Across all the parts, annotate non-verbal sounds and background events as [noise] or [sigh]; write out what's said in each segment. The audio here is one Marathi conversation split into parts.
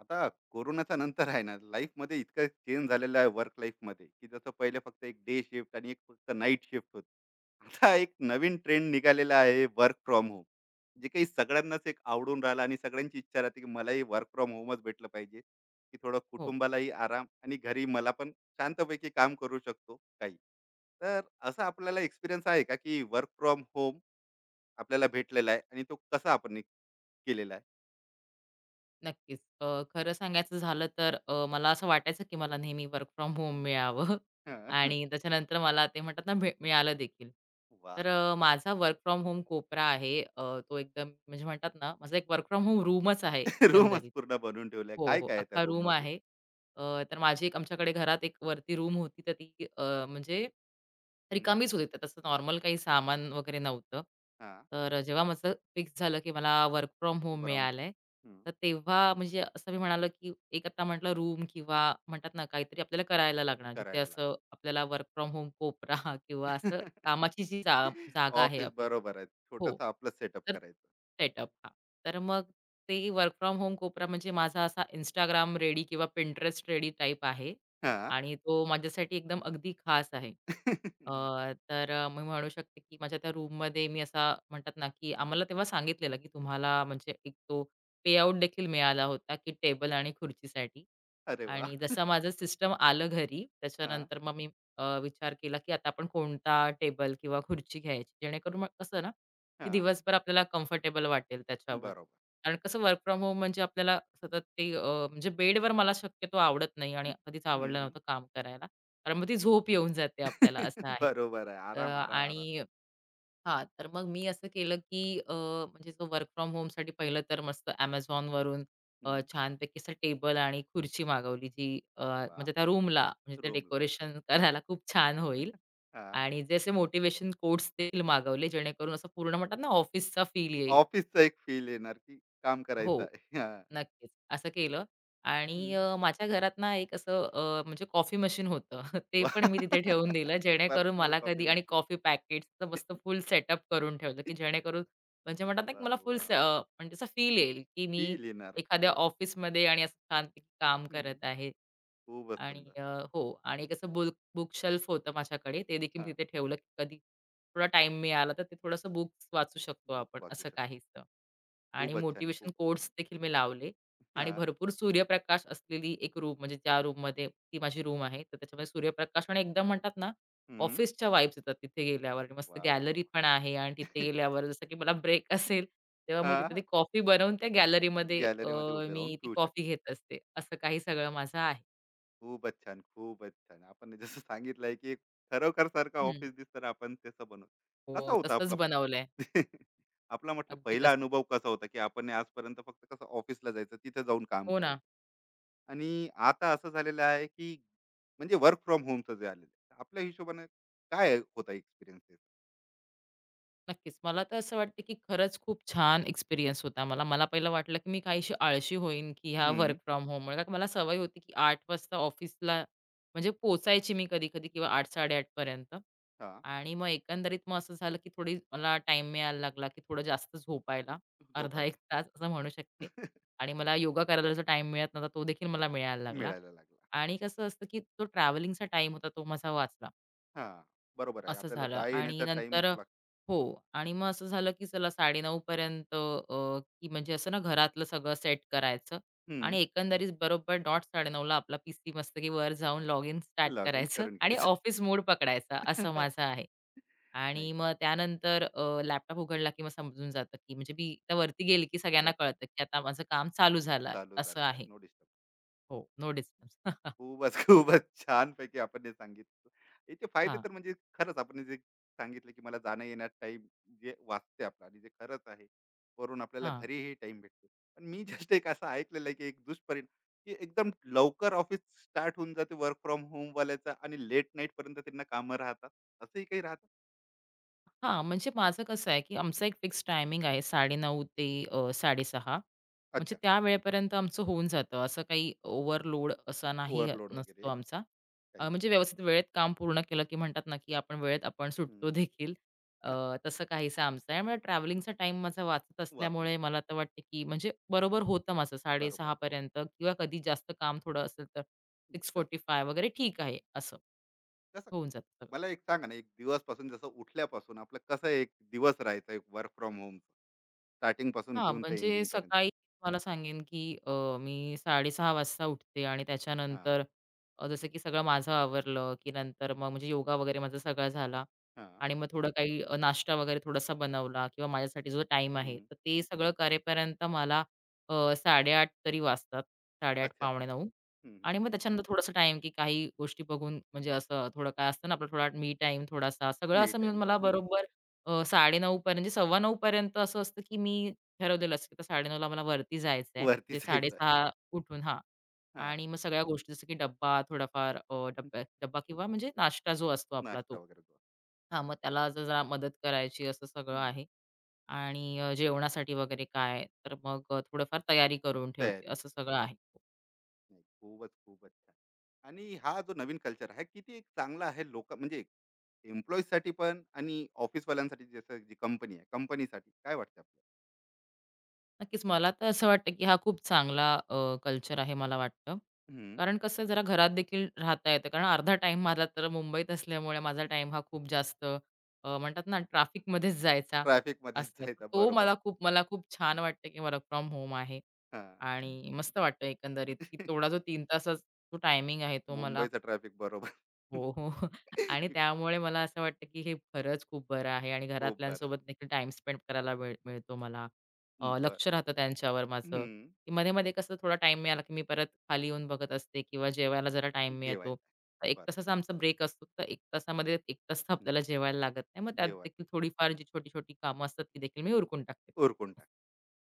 आता कोरोनाच्या नंतर आहे ना, लाईफमध्ये इतकं चेंज झालेलं आहे वर्क लाईफमध्ये, की जसं पहिले फक्त एक डे शिफ्ट आणि एक फक्त नाईट शिफ्ट होती. आता एक नवीन ट्रेंड निघालेला आहे, वर्क फ्रॉम होम, जे काही सगळ्यांनाच एक आवडून राहिला आणि सगळ्यांची इच्छा राहते की मलाही वर्क फ्रॉम होमच भेटलं पाहिजे, की थोडं हो, कुटुंबालाही आराम आणि घरी मला पण शांतपैकी काम करू शकतो काही. तर असा आपल्याला एक्सपिरियन्स आहे का की वर्क फ्रॉम होम आपल्याला भेटलेला आहे आणि तो कसा आपण केलेला आहे. नक्कीच. खरं सांगायचं झालं तर मला असं वाटायचं की मला नेहमी वर्क फ्रॉम होम मिळावं [laughs] हा. आणि त्याच्यानंतर मला ते म्हणतात ना, मिळालं देखील. वा. तर [laughs] माझा वर्क फ्रॉम होम कोपरा आहे. तो एकदम म्हणजे म्हणतात ना, माझा एक वर्क फ्रॉम होम रूमच आहे [laughs] रूमच एकंदरीत. पूर्ण बनवून ठेवल्या. हो, हो. काय-काय आहे त्या अख्खा रूम रूममध्ये? आहे. तर माझी एक आमच्याकडे घरात एक वरती रूम होती तर ती अ, म्हणजे हं, रिकामीच होती. तर तसं नॉर्मल काही सामान वगैरे नव्हतं. हां. तर जेव्हा माझं फिक्स झालं, की मला वर्क फ्रॉम होम ब्रम. मिळालंय, हं, तर तेव्हा म्हणजे असं मी म्हणालो, की एक आता म्हटलं रूम किंवा म्हणतात ना काहीतरी आपल्याला करायला लागणार. जिथे करायला लागतं. असं आपल्याला वर्क फ्रॉम होम कोपरा [laughs] किंवा असं [laughs] कामाची जी जागा आहे ऑफिस आपली. बरोबर आहे. हो. छोटंसं आपलं सेटअप तर करायचं. सेटअप हां. तर मग ते वर्क फ्रॉम होम कोपरा म्हणजे माझा असा Instagram रेडी किंवा पिंटरेस्ट रेडी टाइप आहे हां. आणि तो माझ्यासाठी एकदम अगदी खास आहे. अ, [laughs] तर मी म्हणू शकते, की माझ्या त्या रूममध्ये मी असा म्हणतात ना, की आम्हाला तेव्हा सांगितलेलं, की तुम्हाला म्हणजे एक तो पेआउट देखील मिळाला होता, की टेबल आणि खुर्चीसाठी अरे आणि वाह! जसं माझं सिस्टम आलं घरी, हां, त्याच्यानंतर मग मी विचार केला, की आता आपण कोणता टेबल किंवा खुर्ची घ्यायची. जेणेकरून मग कसं ना की हां. दिवसभर आपल्याला कम्फर्टेबल वाटेल त्याच्यावर. बरोबर. कारण कसं वर्क फ्रॉम होम म्हणजे आपल्याला सतत ते म्हणजे बेडवर मला शक्यतो आवडत नाही आणि हं. कधीच आवडलं नव्हतं काम करायला. कारण मग ती झोप येऊन जाते आपल्याला असं [laughs] आहे. बरोबर आहे. अ, आराम, आराम, आराम. आणि हां, तर मग मी असं केलं, की म्हणजे जो वर्क फ्रॉम होमसाठी पहिलं तर मस्त Amazon वरून हं. छानपैकी असं टेबल आणि खुर्ची मागवली, जी म्हणजे वाह! त्या रूमला म्हणजे ते रूमला. डेकोरेशन करायला खूप छान होईल. [laughs] हां. आणि जे असे मोटिव्हेशन कोट्स देखील मागवले, जेणेकरून असं पूर्ण म्हणतात ना, ऑफिसचा फील येईल. ऑफिसचा एक फील येणार, की काम करायचं हो. आहे. [laughs] हां. नक्कीच. असं केलं आणि हं. माझ्या घरात ना एक असं म्हणजे कॉफी मशीन होतं. [laughs] ते वाह! पण मी तिथे ठेवून दिलं [laughs] जेणेकरून पर्सनल मला कॉफी कधी आणि मशीन. कॉफी पॅकेट्सचं मस्त फुल सेटअप करून ठेवलं, की जेणेकरून म्हणजे म्हणतात ना, की वाह, मला वाह! म्हणजे असा फील येईल, की मी फील येणार. एखाद्या ऑफिसमध्ये आणि असं छानपैकी काम हं. करत आहे. खूपच आणि सुंदर. हो आणि एक असं बुक शेल्फ होतं माझ्याकडे ते देखील मी हां. तिथे ठेवलं की कधी थोडा टाईम मिळाला तर ते थोडंसं बुक्स वाचू शकतो बुक आपण वाचू असं शकतो. काहीसं. आणि खूपच छान, मोटिव्हेशन खूप. कोट्स देखील मी लावले आणि हां. भरपूर सूर्यप्रकाश असलेली एक रूम म्हणजे ज्या रूममध्ये ती माझी रूम आहे. तर त्याच्यामध्ये सूर्यप्रकाश आणि एकदम म्हणतात ना हं. ऑफिसच्या वाइब्स येतात तिथे गेल्यावर आणि मस्त वाह, वाह, वाह! गॅलरी पण आहे आणि तिथे गेल्यावर जसं की मला ब्रेक [laughs] असेल तेव्हा मी तिथे ती हां. कॉफी बनवून त्या गॅलरीमध्ये गॅलरीमध्ये [laughs] उभे राहून मी ती पिऊ कॉफी शकतो. घेत असते. असं काही सगळं माझं आहे. खूपच छान, खूपच छान. आपण जसं सांगितलं आहे, की एक खरोखरसारखं हं. ऑफिस दिसतं ना, आपण तसं बनवू. कसा हो, होता तसंच आपला? बनवलंय. [laughs] आपला म्हटलं अगदी पहिला तसंच. अनुभव कसा होता, की आपण आजपर्यंत फक्त कसं ऑफिसला जायचं, तिथे जाऊन काम हो करायचं. ना. आणि आता असं झालेलं आहे, की म्हणजे वर्क फ्रॉम होमचं जे आलेलं आहे. आपल्या हिशोबाने काय होता एक्सपिरियन्स त्याचा? नक्कीच. मला तर असं वाटतं, की खरंच खूप छान एक्सपिरियन्स होता मला. मला पहिलं वाटलं, की मी काहीशी आळशी होईन, की ह्या वर्क हं. फ्रॉम होममुळे. कारण मला सवय होती, की 8 वाजता ऑफिसला म्हणजे पोहोचायची मी कधी-कधी किंवा 8:00-8:30 आणि मग एकंदरीत मग असं झालं, की थोडी मला टाईम मिळायला लागला, की थोडं जास्त झोपायला, अर्धा झोपायला 1 तास असं म्हणू शकते. आणि मला योगा करायला जो टाईम मिळत नव्हता, तो देखील मला मिळायला लागला. मिळायला लागला. आणि कसं असतं, की तो ट्रॅव्हलिंगचा टाईम होता, तो माझा वाचला. हां, बरोबर आहे. असं आपल्याला झालं जाय आणि येण्याचा टाईम नंतर तुला. हो आणि मग असं झालं, की चला 9:30 पर्यंत की म्हणजे असं ना घरातलं सगळं सेट करायचं हं, आणि एकंदरीत बरोबर डॉट 9:30 ला आपला पीसी मस्तपैकी वर जाऊन log in start log in करायचं करून आणि घ्यायचं. ऑफिस मोड पकडायचा असं [laughs] माझं आहे. आणि नाही, मग त्यानंतर लॅपटॉप उघडला, की मग समजून जातं, की म्हणजे मी आता वरती गेली, की सगळ्यांना वर्क कळतं, की आता माझं काम चालू झालं आहे. चालू असं झालेलं आहे. आहे. No disturb. हो, नो डिस्टर्ब. खूपच, खूपच छानपैकी आपण हे सांगितलं. याचे हां, फायदे हां. तर, म्हणजे खरंच आपण जे सांगितलं, की मला जाणं येण्यात टाईम जे वाचते आपला आणि जे खरंच आहे, वरून आपल्याला [laughs] घरीही टाईम भेटतो. पण मी जस्ट एक असं ऐकलेलं आहे, की एक दुष्परिणाम, की एकदम लवकर ऑफिस स्टार्ट होऊन जाते वर्क फ्रॉम होमवाल्याचं आणि लेट नाईटपर्यंत त्यांना कामं राहतात. असंही काही राहतं? हां, म्हणजे माझं कसं आहे, की आमचं हं. एक फिक्स टायमिंग आहे 9:30 ते 6:30 म्हणजे अच्छा. त्या वेळेपर्यंत आमचं होऊन जातं. असं काही ओव्हरलोड असा नाही ओव्हरलोड नसतो वगैरे आमचा. काही. म्हणजे व्यवस्थित वेळेत काम पूर्ण केलं, की म्हणतात ना, की आपण वेळेत आपण हं. सुटतो देखील. अ, [laughs] तसं काहीसं आमचं आहे. म्हणजे ट्रॅव्हलिंगचा टाईम माझा वाचत वाचून असल्यामुळे मला जातो. तर वाटतं, की म्हणजे बरोबर होतं माझं बरोबर. 6:30 किंवा कधी जास्त काम थोडं असेल तर 6:45 वगैरे ठीक आहे. असं तसं. होऊन जातं सगळं. मला एक सांगा ना, एक दिवसपासून जसं उठल्यापासून आपलं कसं एक दिवस राहायचा, एक वर्क फ्रॉम होम स्टार्टिंग पासून हां, घेऊन ते म्हणजे एंडिंग पर्यंत. सकाळी तुम्हाला सांगेन, की अ, मी 6:30 वाजता उठते आणि त्याच्यानंतर हां, जसं की सगळं माझं आवरलं, की नंतर मग म्हणजे योगा वगैरे माझा सगळा झाला हां. आणि मग थोडं काही नाश्ता वगैरे थोडासा बनवला किंवा माझ्यासाठी जो टाइम आहे, हं. तर ते सगळं करेपर्यंत मला 8:30 तरी वाजतात. 8:30 अच्छा. पावणे 9 हं, आणि हं. मग त्याच्यानंतर थोडासा टाईम, की काही गोष्टी बघून म्हणजे असं थोडं काय असतं ना, आपला थोडा मी टाईम थोडासा सगळं मी असं मिळून टाईम मला बरोबर. बरोबर 9:30 पर्यंत म्हणजे 9:15 पर्यंत असं असतं, की मी ठरवलेलं असतं, की 9:30ला मला वरती जायचं आहे. वरती [laughs] जे जायचं आहे. 6:30 उठून हां. हां. आणि मग सगळ्या गोष्टी जसं की डब्बा थोडाफार डब्बा किंवा म्हणजे नाश्ता जो असतो आपला नाश्ता तो. वगैरे करून. हां, मग त्याला जरा मदत करायची असं सगळं हं. आहे. आणि जेवणासाठी वगैरे काय, तर मग थोडंफार तयारी करून ठेवते तयारी असं वगैरे. सगळं आहे. नाही, खूपच, खूपच छान. आणि हा जो नवीन कल्चर आहे, किती एक चांगला आहे लोक म्हणजे एम्प्लॉईजसाठी पण आणि ऑफिसवाल्यांसाठी, जसं जी कंपनी आहे, कंपनीसाठी काय वाटतं आपल्याला? नक्कीच. मला तर असं वाटतं, की हा खूप चांगला कल्चर आहे मला वाटतं. हं. कारण कसं जरा घरात देखील राहता येतं. कारण अर्धा टाईम माझा तर मुंबईत असल्यामुळे माझा टाईम हा खूप जास्त म्हणतात ना ट्रॅफिकमध्येच जायचा ट्रॅफिकमध्येच असला, तर जायचा, तो बरोबर मला आहे. खूप मला खूप छान वाटतं, की वर्क फ्रॉम होम आहे हां. आणि मस्त वाटतं एकंदरीत, की तेवढा जो 3 तासाचा जो टायमिंग आहे तो मला मुंबईचं ट्रॅफिक, बरोबर. [laughs] हो, हो. [laughs] आणि की त्यामुळे मला असं वाटतं, की हे खरंच खूप बरं आहे आणि खूप बरं घरातल्यांसोबत देखील टाइम स्पेंड करायला वेळ मिळतो मला. आहे. बरं. लक्ष राहतं त्यांच्यावर माझं, हं. की मध्ये-मध्ये कसं थोडा टाइम मिळाला, की मी परत खाली येऊन बघत असते किंवा जेवायला जरा टाइम मिळतो. जेवायला. 1 बरोबर. तासाचा आमचा ब्रेक असतो. तर 1 तासामध्ये 1 तास तर आपल्याला हं. जेवायला लागत नाही. मग त्यात जेवण देखील थोडीफार जी छोटी-छोटी कामं असतात, ती देखील मी उरकून टाकते. पटकन. उरकून टाक.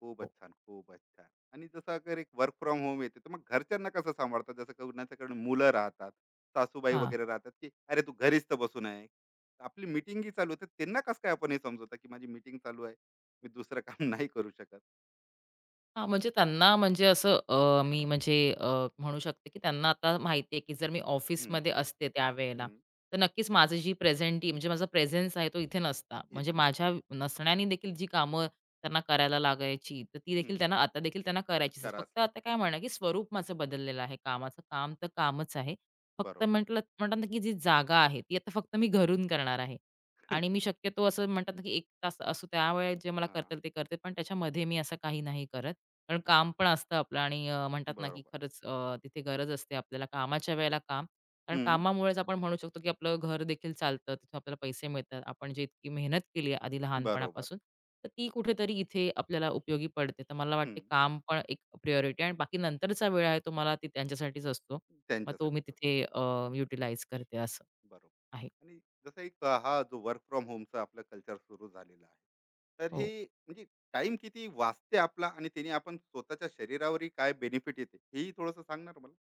खूपच छान, खूपच छान. आणि जसं अगर एक वर्क फ्रॉम होम येते, तर मग घरच्यांना कसं सांभाळतात? जसं कोणाच्याकडे मुलं राहतात, सासूबाई हो. वगैरे राहतात, की "अरे तू घरीच तर बसून आहे." आपली मीटिंगही चालू आहे, त्यांना कसं काय आपण हे समजवतो, की माझी मीटिंग चालू आहे. मी दुसरं काम नाही करू शकत. हां, म्हणजे त्यांना म्हणजे असं मी म्हणजे म्हणू शकते, की त्यांना आता माहिती आहे, की जर मी हं, ऑफिसमध्ये असते त्यावेळेला, हं. तर नक्कीच माझं जी प्रेझेंटी म्हणजे माझा प्रेझेन्स आहे तो इथे नसता. म्हणजे इथं माझ्या नसणार. नसण्याने देखील जी कामं त्यांना करायला लागायची, तर ती देखील हं. त्यांना आता देखील त्यांना करायचीच आहेत. फक्त करावंच लागेल. आता काय म्हणा, की स्वरूप माझं बदललेलं आहे कामाचं. काम तर कामच आहे. फक्त बरोबर. म्हटलं म्हणतात ना, की जी जागा आहे ती आता फक्त मी घरून करणार आहे. आणि मी शक्यतो असं म्हणतात ना, की 1 तास असो त्यावेळेत जे मला करता हां, येईल ते करते, पण त्याच्यामध्ये मी असं काही नाही करत. कारण हां. काम पण असतं आपलं आणि म्हणतात ना की बरोबर. खरंच तिथे गरज असते आपल्याला कामाच्या वेळेला काम. कारण हं. कामामुळेच आपण म्हणू शकतो की आपलं घर देखील चालतं, तिथून आपल्याला पैसे मिळतात. आपण जी इतकी मेहनत केली आहे आधी बरोबर. लहानपणापासून, तर ती कुठेतरी इथे आपल्याला उपयोगी पडते. तर मला हं. वाटते काम पण एक प्रायोरिटी आणि बाकी नंतरचा वेळ आहे तो मला ती त्यांच्यासाठीच असतो. मग तो मी त्यांच्यासाठीच असतो. तिथे युटिलाइज करते असं आहे. बरोबर. आणि जसं एक, अ, हा जो वर्क फ्रॉम होमचा आपलं कल्चर सुरू झालेला आहे, तर हे हो. म्हणजे टाईम किती वाचते आपला आणि त्याने आपण स्वतःच्या शरीरावरही काय बेनिफिट येते, हेही थोडंसं सांगणार मला?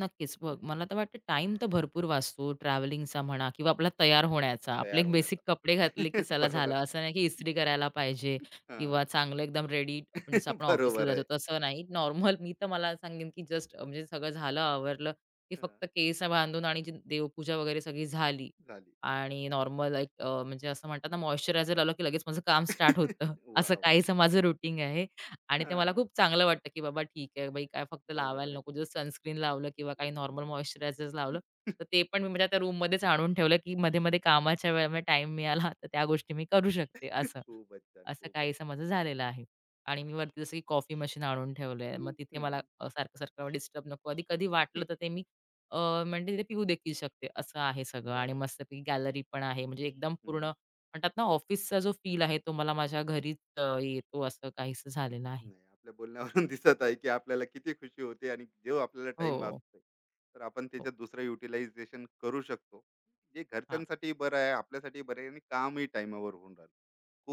नक्कीच. बघ मला तर वाटतं टाईम तर भरपूर वाचतो ट्रॅव्हलिंगचा म्हणा किंवा आपला तयार होण्याचा. आपले तयार एक बेसिक होण्याचा. कपडे घातले की [laughs] चला बरोबर. झालं. असं नाही की इस्त्री करायला पाहिजे किंवा हां. चांगलं एकदम रेडी आपण जसं आपण [laughs] ऑफिसला बरोबर जातो आहे. तसं नाही. नॉर्मल मी तर मला सांगेन की जस्ट म्हणजे सगळं झालं, आवरलं की हां. फक्त केस बांधून आणि जी देवपूजा वगैरे सगळी झाली झाली. आणि नॉर्मल एक म्हणजे असं म्हणतात ना मॉइश्चरायझर लावलं की लगेच माझं काम स्टार्ट होतं. [laughs] [laughs] असं वाह! वाह! काहीसं माझं रुटीन आहे. आणि ते मला हां. खूप चांगलं वाटतं, की बाबा ठीक आहे बाई, काय फक्त बरोबर लावायला आहे. नको. जसं सनस्क्रीन लावलं किंवा काही नॉर्मल हं. मॉइश्चरायझर्स लावलं, तर ते [laughs] पण मी माझ्या त्या रूममध्येच आणून ठेवलं, की मध्ये-मध्ये कामाच्या वेळेमध्ये टाईम मिळाला, तर त्या गोष्टी मी करू शकते असं. खूपच छान, असं खूपच. काहीसं माझं झालेलं आहे. आणि मी वरती जसं की कॉफी मशीन आणून ठेवलंय. मग तिथे हं. मला सारखं-सारखं डिस्टर्ब नको. कधी-कधी वाटलं तर ते [laughs] मी अ, म्हणजे तिथे पिऊ देखील शकते. असं आहे सगळं आणि बरोबर. मस्तपैकी गॅलरी पण आहे. म्हणजे एकदम पूर्ण म्हणतात ना, ऑफिसचा जो फील आहे, तो मला माझ्या घरीच येतो असं काहीसं झालेलं आहे. नाही, आपल्या बोलण्यावरून [laughs] दिसत आहे, की आपल्याला किती खुशी होते आणि जो आपल्याला टाईम हो, वाचतोय, तर आपण हो. त्याच्यात दुसरं युटिलायझेशन करू शकतो. जे हां. घरच्यांसाठीही बरं आहे, आपल्यासाठीही बरं आहे आणि कामही टाईमावर होऊन राहिलं.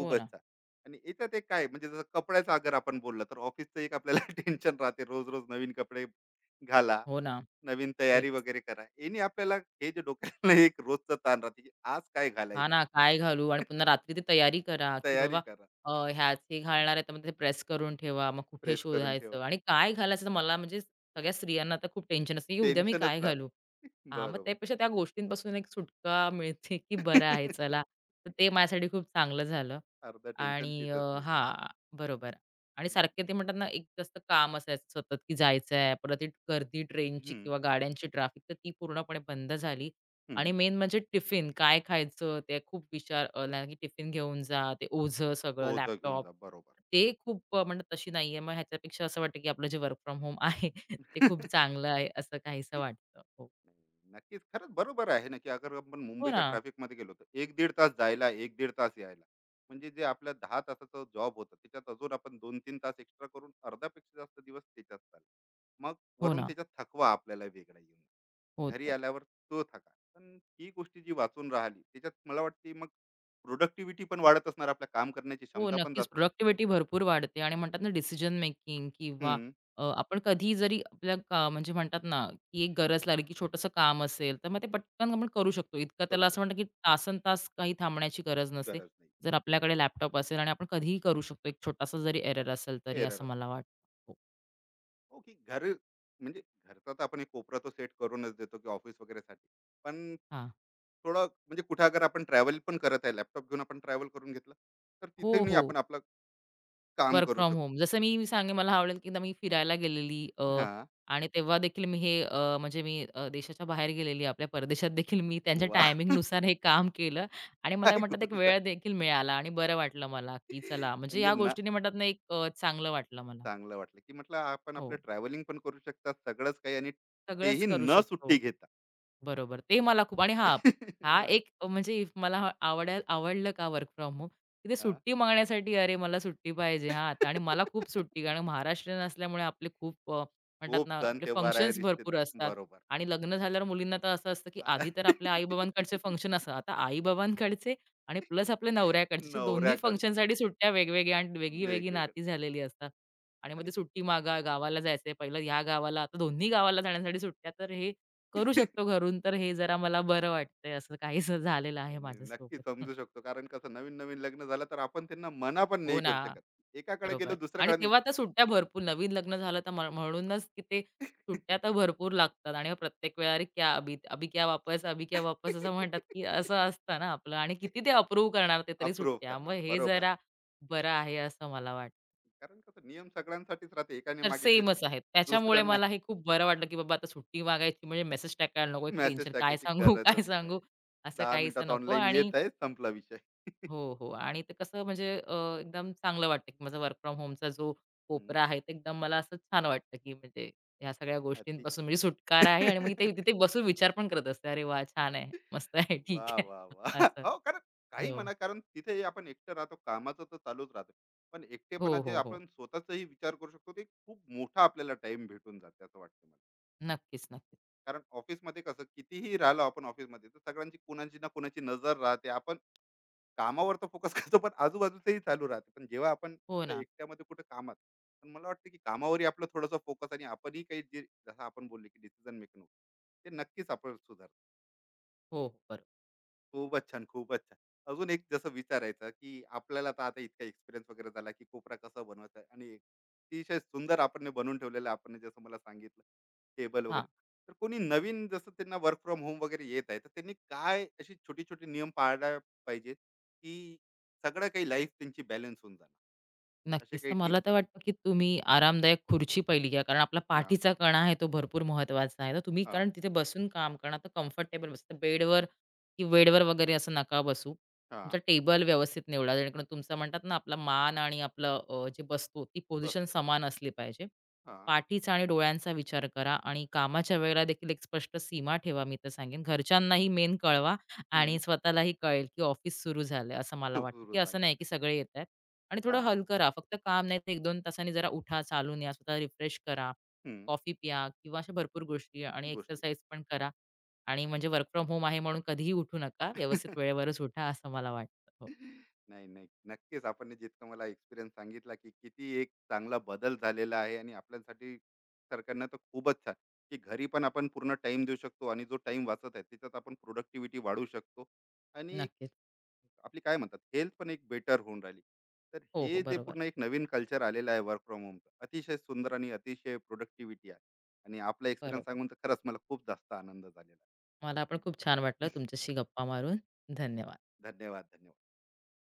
हो ना, छान. आणि याच्यात एक काय म्हणजे, जसं कपड्याचं अगर आपण बोललं, तर ऑफिसचं एक आपल्याला [laughs] टेन्शन राहते. रोज-रोज नवीन कपडे घाला, हो ना. नवीन तयारी तेच. वगैरे करा. याने आपल्याला हे जे डोक्याला [laughs] एक रोजचा ताण राहते, की आज काय हां घालायचं? ना, काय घालू? आणि [laughs] पुन्हा रात्री ती तयारी करा, की तयारी बाबा करा, ह्याच हे घालणार आहे, तर मग ते प्रेस करून ठेवा. मग कुठे प्रेस करून ठेवा. शोधायचं आणि काय घालायचं? तर मला म्हणजे सगळ्या स्त्रियांना तर खूप टेन्शन असतं, की उद्या मी टेन्शनच काय घालू? राहतं. हां, मग बरोबर. त्यापेक्षा त्या गोष्टींपासून एक सुटका [laughs] मिळते, की बरं आहे चला. [laughs] तर ते माझ्यासाठी खूप चांगलं झालं अर्ध टेन्शन आणि तिथंच निघून जात. हां, बरोबर. आणि हम्म, सारखे ते म्हणतात ना, एक जास्त काम असायचं सतत, की जायचं आहे. परत ती गर्दी ट्रेनची हम्म, किंवा गाड्यांची ट्रॅफिक, तर ती पूर्णपणे बंद झाली. आणि हम्म. मेन म्हणजे टिफिन काय खायचं? ते खूप विचार ला की टिफिन घेऊन जा, ते ओझं सगळं, ओझं घेऊन लॅपटॉप. जा, बरोबर. ते खूप म्हणतात तशी नाहीये. मग ह्याच्यापेक्षा असं वाटतं की आपलं जे वर्क फ्रॉम होम आहे, [laughs] ते [laughs] नाही, खूप चांगलं आहे, असं काहीसं वाटतं. हो. नक्कीच खरंच बरोबर आहे ना, की अगर आपण हो मुंबईच्या ना. ट्रॅफिक मध्ये गेलो, तर एक दीड तास जायला, एक दीड तास यायला, म्हणजे जे आपल्या 10 तासाचा जॉब होता त्याच्यात अजून आपण दोन तीन तास एक्स्ट्रा करून अर्धापेक्षा जास्त दिवस त्याच्यात चालेल. मग हो वरून ना. त्याच्यात थकवा आपल्याला वेगळा येऊन घरी होतं. आल्यावर, तो थका, पण ही गोष्टी जी वाचून राहिली, त्याच्यात मला वाटते मग प्रोडक्टिव्हिटी पण वाढत असणार, आपल्या काम करण्याची हो, क्षमता पण नक्कीच. जास्त. प्रोडक्टिव्हिटी भरपूर वाढते आणि म्हणतात ना डिसिजन मेकिंग किंवा हम्म, आपण कधी जरी आपल्या का म्हणजे म्हणतात ना, की एक गरज लागली, की छोटंसं काम असेल, तर मग ते पटकन आपण करू शकतो. इतकं करू त्याला असं म्हणतं, शकतो. की तासनतास काही थांबण्याची गरज नसते. गरज नाही. जर आपल्याकडे लॅपटॉप असेल आणि आपण कधीही करू शकतो, एक छोटासा जरी एरर असेल तरी, एरर असं असणे. मला वाटतं. हो. हो, की घर, म्हणजे घरचा तर आपण एक कोपरा तो सेट करूनच देतो, की ऑफिस वगैरेसाठी, पण हां. थोडं म्हणजे कुठं अगर आपण ट्रॅव्हल पण करत आहे, लॅपटॉप घेऊन आपण ट्रॅव्हल करून घेतलं, तर हो, तिथेही हो. आपण आपलं काम वर्क करू फ्रॉम शकतो. होम. जसं मी सांगेन मला आवडेल, की एकदा मी फिरायला गेलेली हा. आणि तेव्हा देखील मी हे म्हणजे मी देशाच्या बाहेर गेलेली, आपल्या परदेशात देखील मी त्यांच्या वा. [laughs] टायमिंगनुसार हे काम केलं आणि मला काय म्हणतात एक बोलता, वेळ देखील मिळाला आणि बरं वाटलं मला, की चला म्हणजे म्हणजे या ना, गोष्टीने म्हणतात ना, एक चांगलं वाटलं मला. चांगलं वाटलं, की म्हटलं आपण आपलं हो, ट्रॅव्हलिंग पण करू शकता, सगळंच काही आणि सगळंच तेही करू न सुट्टी शकतो. घेता. बरोबर. ते मला खूप आणि हां, [laughs] हा हा, एक म्हणजे इफ मला हा आवडलं का वर्क फ्रॉम होम, की ते हा. सुट्टी मागण्यासाठी अरे मला सुट्टी पाहिजे हां, आता आणि [laughs] मला खूप सुट्टी कारण महाराष्ट्रीयन असल्यामुळे आपले खूप म्हणतात खूप ना सण आपले तेव्हार आहे, फंक्शन्स भरपूर रिश्तेदार, असतात बरोबर. आणि लग्न झाल्यावर मुलींना तर असं असतं, की हा. आधी तर आपल्या आई [laughs] फंक्शन असतात. आता आई आणि प्लस आपल्या नवऱ्याकडचे असे दोन्ही नवऱ्याकडे फंक्शनसाठी सुट्ट्या वेगवेगळ्या आणि वेगळी-वेगळी वेगवेगळं. नाती झालेली असतात. आणि मग ते आणि सुट्टी मागा, गावाला जायचंय पहिलं ह्या गावाला, आता दोन्ही गावाला जाण्यासाठी सुट्ट्या तर हे करू शकतो [laughs] घरून, तर हे जरा मला बरं वाटतंय, असं काहीसं झालेलं आहे आणि नक्की माझ्यासोबत. हं. समजू शकतो, कारण कसं नवीन नवीन लग्न झालं तर आपण त्यांना मना पण हो नाही ना, करू शकत, एकाकडे बरोबर. गेलो आणि दुसऱ्याकडे नाही. तेव्हा तर सुट्ट्या भरपूर नवीन लग्न झालं तर म्हणूनच की ते सुट्ट्या तर भरपूर लागतात आणि प्रत्येक वेळा "अरे क्या अभी अभी क्या वापस, अभी क्या वापस" असं म्हणतात की असं [laughs] असतं ना आपलं आणि किती ते अप्रूव्ह करणार ते तरी अप्रूव्ह सुट्ट्या. मग करणार, हे बरोबर आहे. जरा बरं आहे असं मला वाटतं. कारण कसं नियम सगळ्यांसाठीच राहते, एकाने तर मागितले तर. सेमच आहे. त्याच्यामुळे दुसऱ्यांना मला हे खूप बरं वाटलं की बाबा आता सुट्टी मागायची म्हणजे मेसेज टाकायला नको, एक मेसेज टेन्शन काय टाकायची सांगू, [laughs] काय गरजच सांगू नाही. असं दहा काहीसं मिनिटात नको ऑनलाईन आणि येत आहे, संपला विषय. [laughs] हो, हो. आणि ते कसं म्हणजे एकदम चांगलं वाटतं, की माझा वर्क फ्रॉम होमचा जो हम्म. कोपरा आहे, ते एकदम मला असं छान वाटतं, की म्हणजे ह्या सगळ्या अति. गोष्टींपासून म्हणजे सुटकारा आहे आणि मग ते [laughs] तिथे बसून विचार पण करत असते. "अरे वाह! छान आहे, मस्त आहे, ठीक वाह! आहे." वाह! वाह! [laughs] असं. हो, कारण काही हो. म्हणा, कारण तिथे आपण एकटं राहतो, कामाचं तर चालूच राहतं. पण हो, एकटेपणात जे हो, हो. आपण स्वतःचाही विचार करू शकतो, ते खूप मोठा आपल्याला टाईम भेटून जाते, असं वाटतं मला. नक्कीच, नक्कीच. कारण ऑफिसमध्ये कसं कितीही राहिलो आपण ऑफिसमध्ये, तर सगळ्यांची, कोणाची ना कोणाची नजर राहते. आपण कामावर तर फोकस [laughs] करतो, पण आजूबाजूचंही चालू राहते. पण जेव्हा आपण हो असं ना. एकट्यामध्ये कुठं कामात, पण मला वाटतं, की कामावरही आपला थोडासा फोकस आणि आपणही काही जे जसं आपण बोलले, की डिसिजन मेकिंग, ते नक्कीच आपण सुधारतो. हो, हो बरोबर. खूपच छान, खूपच छान. अजून एक जसं विचारायचं, की आपल्याला तर आता इतका एक्सपिरियन्स वगैरे झाला, की कोपरा कसा बनवायचा, आणि एक अतिशय सुंदर आपण हे बनवून ठेवलेलं आहे. आपण हे जसं मला सांगितलं, टेबल वगैरे. हां. तर कोणी नवीन जसं त्यांना वर्क फ्रॉम होम वगैरे येत आहे, तर त्यांनी काय अशी छोटी-छोटी नियम पाळायला पाहिजेत, की सगळं काही लाईफ त्यांची बॅलन्स होऊन जाणार? असे नक्कीच. तर काही मला टिप्स? तर वाटतं, की तुम्ही आरामदायक खुर्ची पहिली घ्या. कारण आपला हां, पाठीचा कणा आहे तो भरपूर महत्त्वाचा आहे. तर तुम्ही हां, कारण तिथे बसून काम करणार तर कम्फर्टेबल बसा. बेडवर की बेडवर वगैरे असं नका बसू. तुमचा हां. टेबल व्यवस्थित निवडा. जेणेकरून तुमचा म्हणतात ना आपला मान आणि आपलं जे बसतो ती पोझिशन बसतो. समान असली पाहिजे. हां, पाठीचा आणि डोळ्यांचा विचार करा आणि कामाच्या वेळेला देखील एक स्पष्ट सीमा ठेवा. मी तर सांगेन घरच्यांनाही मेन कळवा आणि हं. स्वतःलाही कळेल, की ऑफिस सुरू झालं असं मला वाटतं, की सुरू असं नाही झालेलं. की सगळे येतायत. आणि थोडं हां, हलकं राहा. फक्त काम नाही तर 1-2 तासांनी जरा उठा, चालून या, स्वतःला रिफ्रेश करा, हं. कॉफी प्या किंवा अशा भरपूर गोष्टी आणि गोष्टी. एक्सरसाइज पण करा. आणि म्हणजे वर्क फ्रॉम होम आहे म्हणून कधीही उठू नका. व्यवस्थित [laughs] वेळेवरच उठा असं मला वाटतं. हो. नाही, नाही. नक्कीच आपण हे जितकं मला एक्सपिरियन्स सांगितला, की किती एक चांगला बदल झालेला आहे आणि आपल्यासाठी सरकारनं तर खूपच छान, की घरी पण आपण पूर्ण टाईम देऊ शकतो आणि जो टाईम वाचत आहे त्याच्यात आपण प्रोडक्टिव्हिटी वाढवू शकतो, आणि एक नक्कीच. आपली काय म्हणतात, हेल्थ पण एक बेटर होऊन राहिली. तर हो, हो. हे जे बरोबर, पूर्ण एक नवीन कल्चर आलेलं आहे वर्क फ्रॉम होमचं, अतिशय सुंदर आणि अतिशय प्रोडक्टिव्हिटी आहे, आणि आपला एक्सपिरियन्स बरोबर. सांगून तर खरंच मला खूप जास्त आनंद झालेला आहे. मला पण खूप छान वाटलं तुमच्याशी गप्पा मारून. धन्यवाद. धन्यवाद, धन्यवाद.